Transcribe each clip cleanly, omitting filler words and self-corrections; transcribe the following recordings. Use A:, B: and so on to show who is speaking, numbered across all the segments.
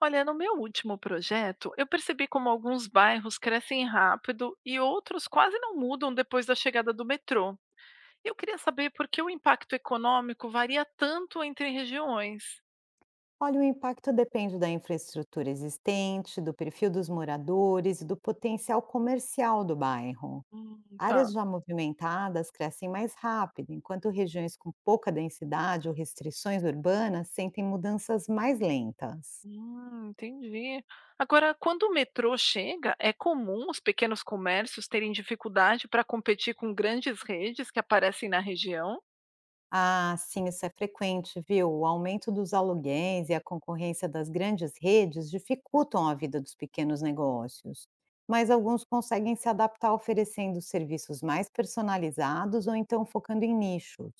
A: Olha, no meu último projeto, eu percebi como alguns bairros crescem rápido e outros quase não mudam depois da chegada do metrô. Eu queria saber por que o impacto econômico varia tanto entre regiões.
B: Olha, o impacto depende da infraestrutura existente, do perfil dos moradores e do potencial comercial do bairro. Áreas
A: Tá.
B: já movimentadas crescem mais rápido, enquanto regiões com pouca densidade ou restrições urbanas sentem mudanças mais lentas.
A: Entendi. Agora, quando o metrô chega, é comum os pequenos comércios terem dificuldade para competir com grandes redes que aparecem na região?
B: Ah, sim, isso é frequente, viu? O aumento dos aluguéis e a concorrência das grandes redes dificultam a vida dos pequenos negócios, mas alguns conseguem se adaptar oferecendo serviços mais personalizados ou então focando em nichos.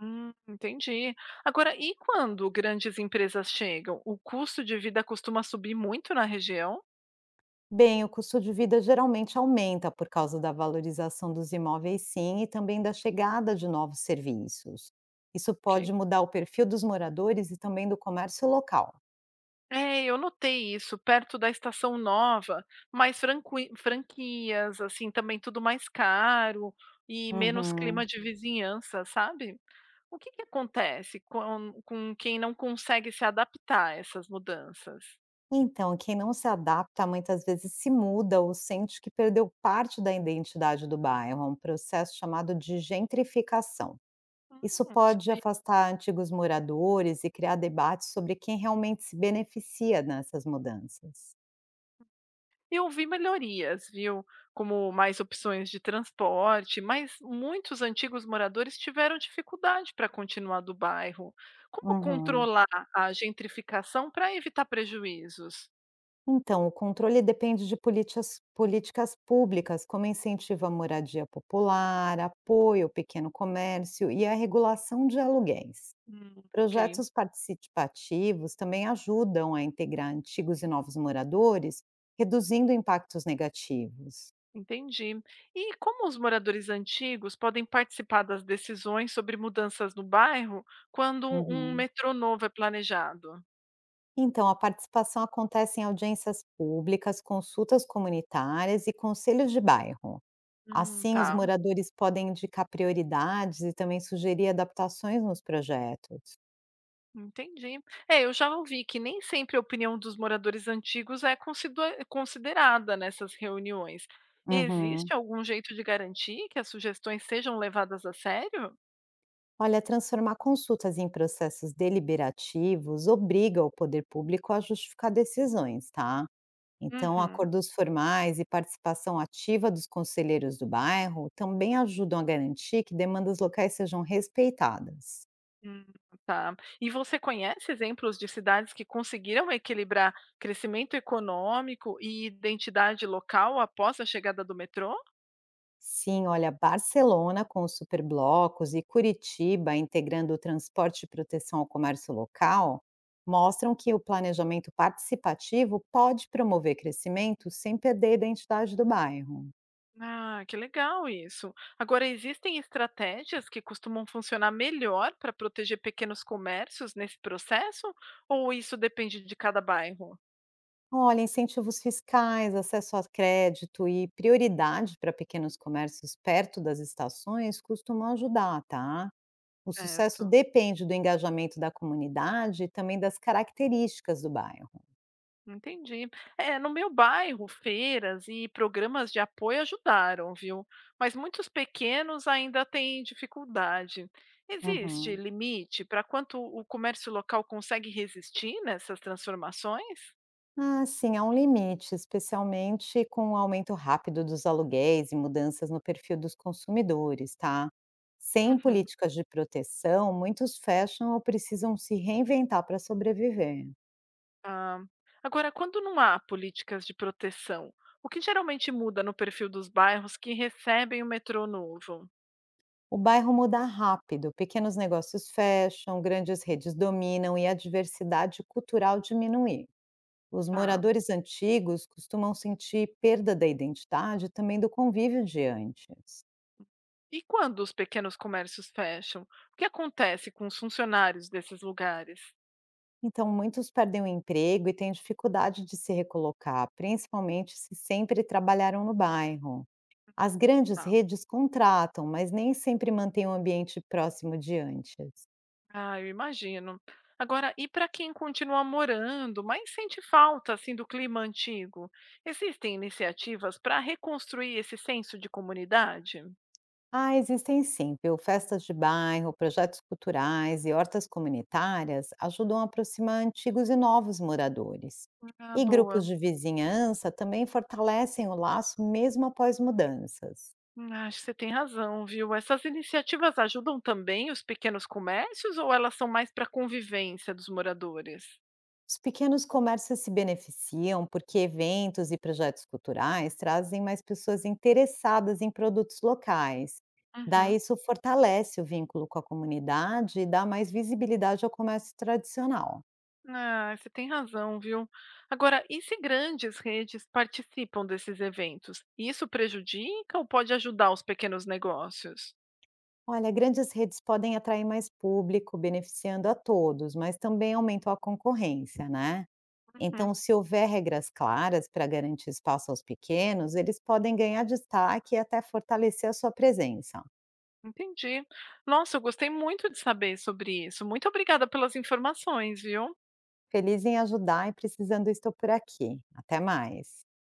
A: Entendi. Agora, e quando grandes empresas chegam, o custo de vida costuma subir muito na região?
B: Bem, o custo de vida geralmente aumenta por causa da valorização dos imóveis, sim, e também da chegada de novos serviços. Isso
A: Ok.
B: pode mudar o perfil dos moradores e também do comércio local.
A: É, eu notei isso perto da Estação Nova, mas franquias, assim, também tudo mais caro e menos clima
B: Uhum.
A: de vizinhança, sabe? O que que acontece com quem não consegue se adaptar a essas mudanças?
B: Então, quem não se adapta muitas vezes se muda ou sente que perdeu parte da identidade do bairro. É um processo chamado de gentrificação.
A: Hum,
B: Isso
A: não
B: pode
A: sabia.
B: afastar antigos moradores e criar debates sobre quem realmente se beneficia nessas mudanças.
A: Eu vi melhorias, viu? Como mais opções de transporte, mas muitos antigos moradores tiveram dificuldade para continuar do bairro. Como
B: Uhum.
A: controlar a gentrificação para evitar prejuízos?
B: Então, o controle depende de políticas públicas, como incentivo à moradia popular, apoio ao pequeno comércio e a regulação de aluguéis.
A: Ok,
B: Projetos participativos também ajudam a integrar antigos e novos moradores, reduzindo impactos negativos.
A: entendi. E como os moradores antigos podem participar das decisões sobre mudanças no bairro quando um
B: Uhum.
A: metrô novo é planejado?
B: Então, a participação acontece em audiências públicas, consultas comunitárias e conselhos de bairro. Assim, os
A: Tá.
B: moradores podem indicar prioridades e também sugerir adaptações nos projetos.
A: Entendi. É, eu já ouvi que nem sempre a opinião dos moradores antigos é considerada nessas reuniões.
B: Uhum.
A: Existe algum jeito de garantir que as sugestões sejam levadas a sério?
B: Olha, transformar consultas em processos deliberativos obriga o poder público a justificar decisões, tá? Então,
A: Uhum.
B: acordos formais e participação ativa dos conselheiros do bairro também ajudam a garantir que demandas locais sejam respeitadas.
A: Hum, tá. E você conhece exemplos de cidades que conseguiram equilibrar crescimento econômico e identidade local após a chegada do metrô?
B: Sim, olha, Barcelona com os superblocos e Curitiba integrando o transporte e proteção ao comércio local mostram que o planejamento participativo pode promover crescimento sem perder a identidade do bairro.
A: Ah, que legal isso. Agora, existem estratégias que costumam funcionar melhor para proteger pequenos comércios nesse processo? Ou isso depende de cada bairro?
B: Olha, incentivos fiscais, acesso a crédito e prioridade para pequenos comércios perto das estações costumam ajudar, tá? O sucesso
A: Certo,
B: depende do engajamento da comunidade e também das características do bairro.
A: entendi. É, no meu bairro, feiras e programas de apoio ajudaram, viu? Mas muitos pequenos ainda têm dificuldade. Existe
B: Uhum.
A: limite para quanto o comércio local consegue resistir nessas transformações?
B: Ah, sim, há um limite, especialmente com o aumento rápido dos aluguéis e mudanças no perfil dos consumidores, tá? Sem
A: Uhum.
B: políticas de proteção, muitos fecham ou precisam se reinventar para sobreviver.
A: Ah, agora, quando não há políticas de proteção, o que geralmente muda no perfil dos bairros que recebem o metrô novo?
B: O bairro muda rápido, pequenos negócios fecham, grandes redes dominam e a diversidade cultural diminui. Os
A: Tá.
B: moradores antigos costumam sentir perda da identidade e também do convívio de antes.
A: E quando os pequenos comércios fecham, o que acontece com os funcionários desses lugares?
B: Então, muitos perdem o emprego e têm dificuldade de se recolocar, principalmente se sempre trabalharam no bairro. As grandes
A: Tá.
B: redes contratam, mas nem sempre mantêm o ambiente próximo de antes.
A: Ah, eu imagino. Agora, e para quem continua morando, mas sente falta assim do clima antigo, existem iniciativas para reconstruir esse senso de comunidade?
B: Ah, existem sim, viu? Festas de bairro, projetos culturais e hortas comunitárias ajudam a aproximar antigos e novos moradores.
A: Ah,
B: E
A: boa.
B: grupos de vizinhança também fortalecem o laço mesmo após mudanças.
A: Acho que você tem razão, viu. Essas iniciativas ajudam também os pequenos comércios ou elas são mais para a convivência dos moradores?
B: Os pequenos comércios se beneficiam porque eventos e projetos culturais trazem mais pessoas interessadas em produtos locais. Daí
A: Uhum.
B: isso fortalece o vínculo com a comunidade e dá mais visibilidade ao comércio tradicional.
A: Ah, você tem razão, viu. Agora, e se grandes redes participam desses eventos? Isso prejudica ou pode ajudar os pequenos negócios?
B: Olha, grandes redes podem atrair mais público, beneficiando a todos, mas também aumentam a concorrência, né?
A: Uhum,
B: Então, se houver regras claras para garantir espaço aos pequenos, eles podem ganhar destaque e até fortalecer a sua presença.
A: entendi. Nossa, eu gostei muito de saber sobre isso. Muito obrigada pelas informações, viu?
B: Feliz em ajudar e precisando estou por aqui. Até mais.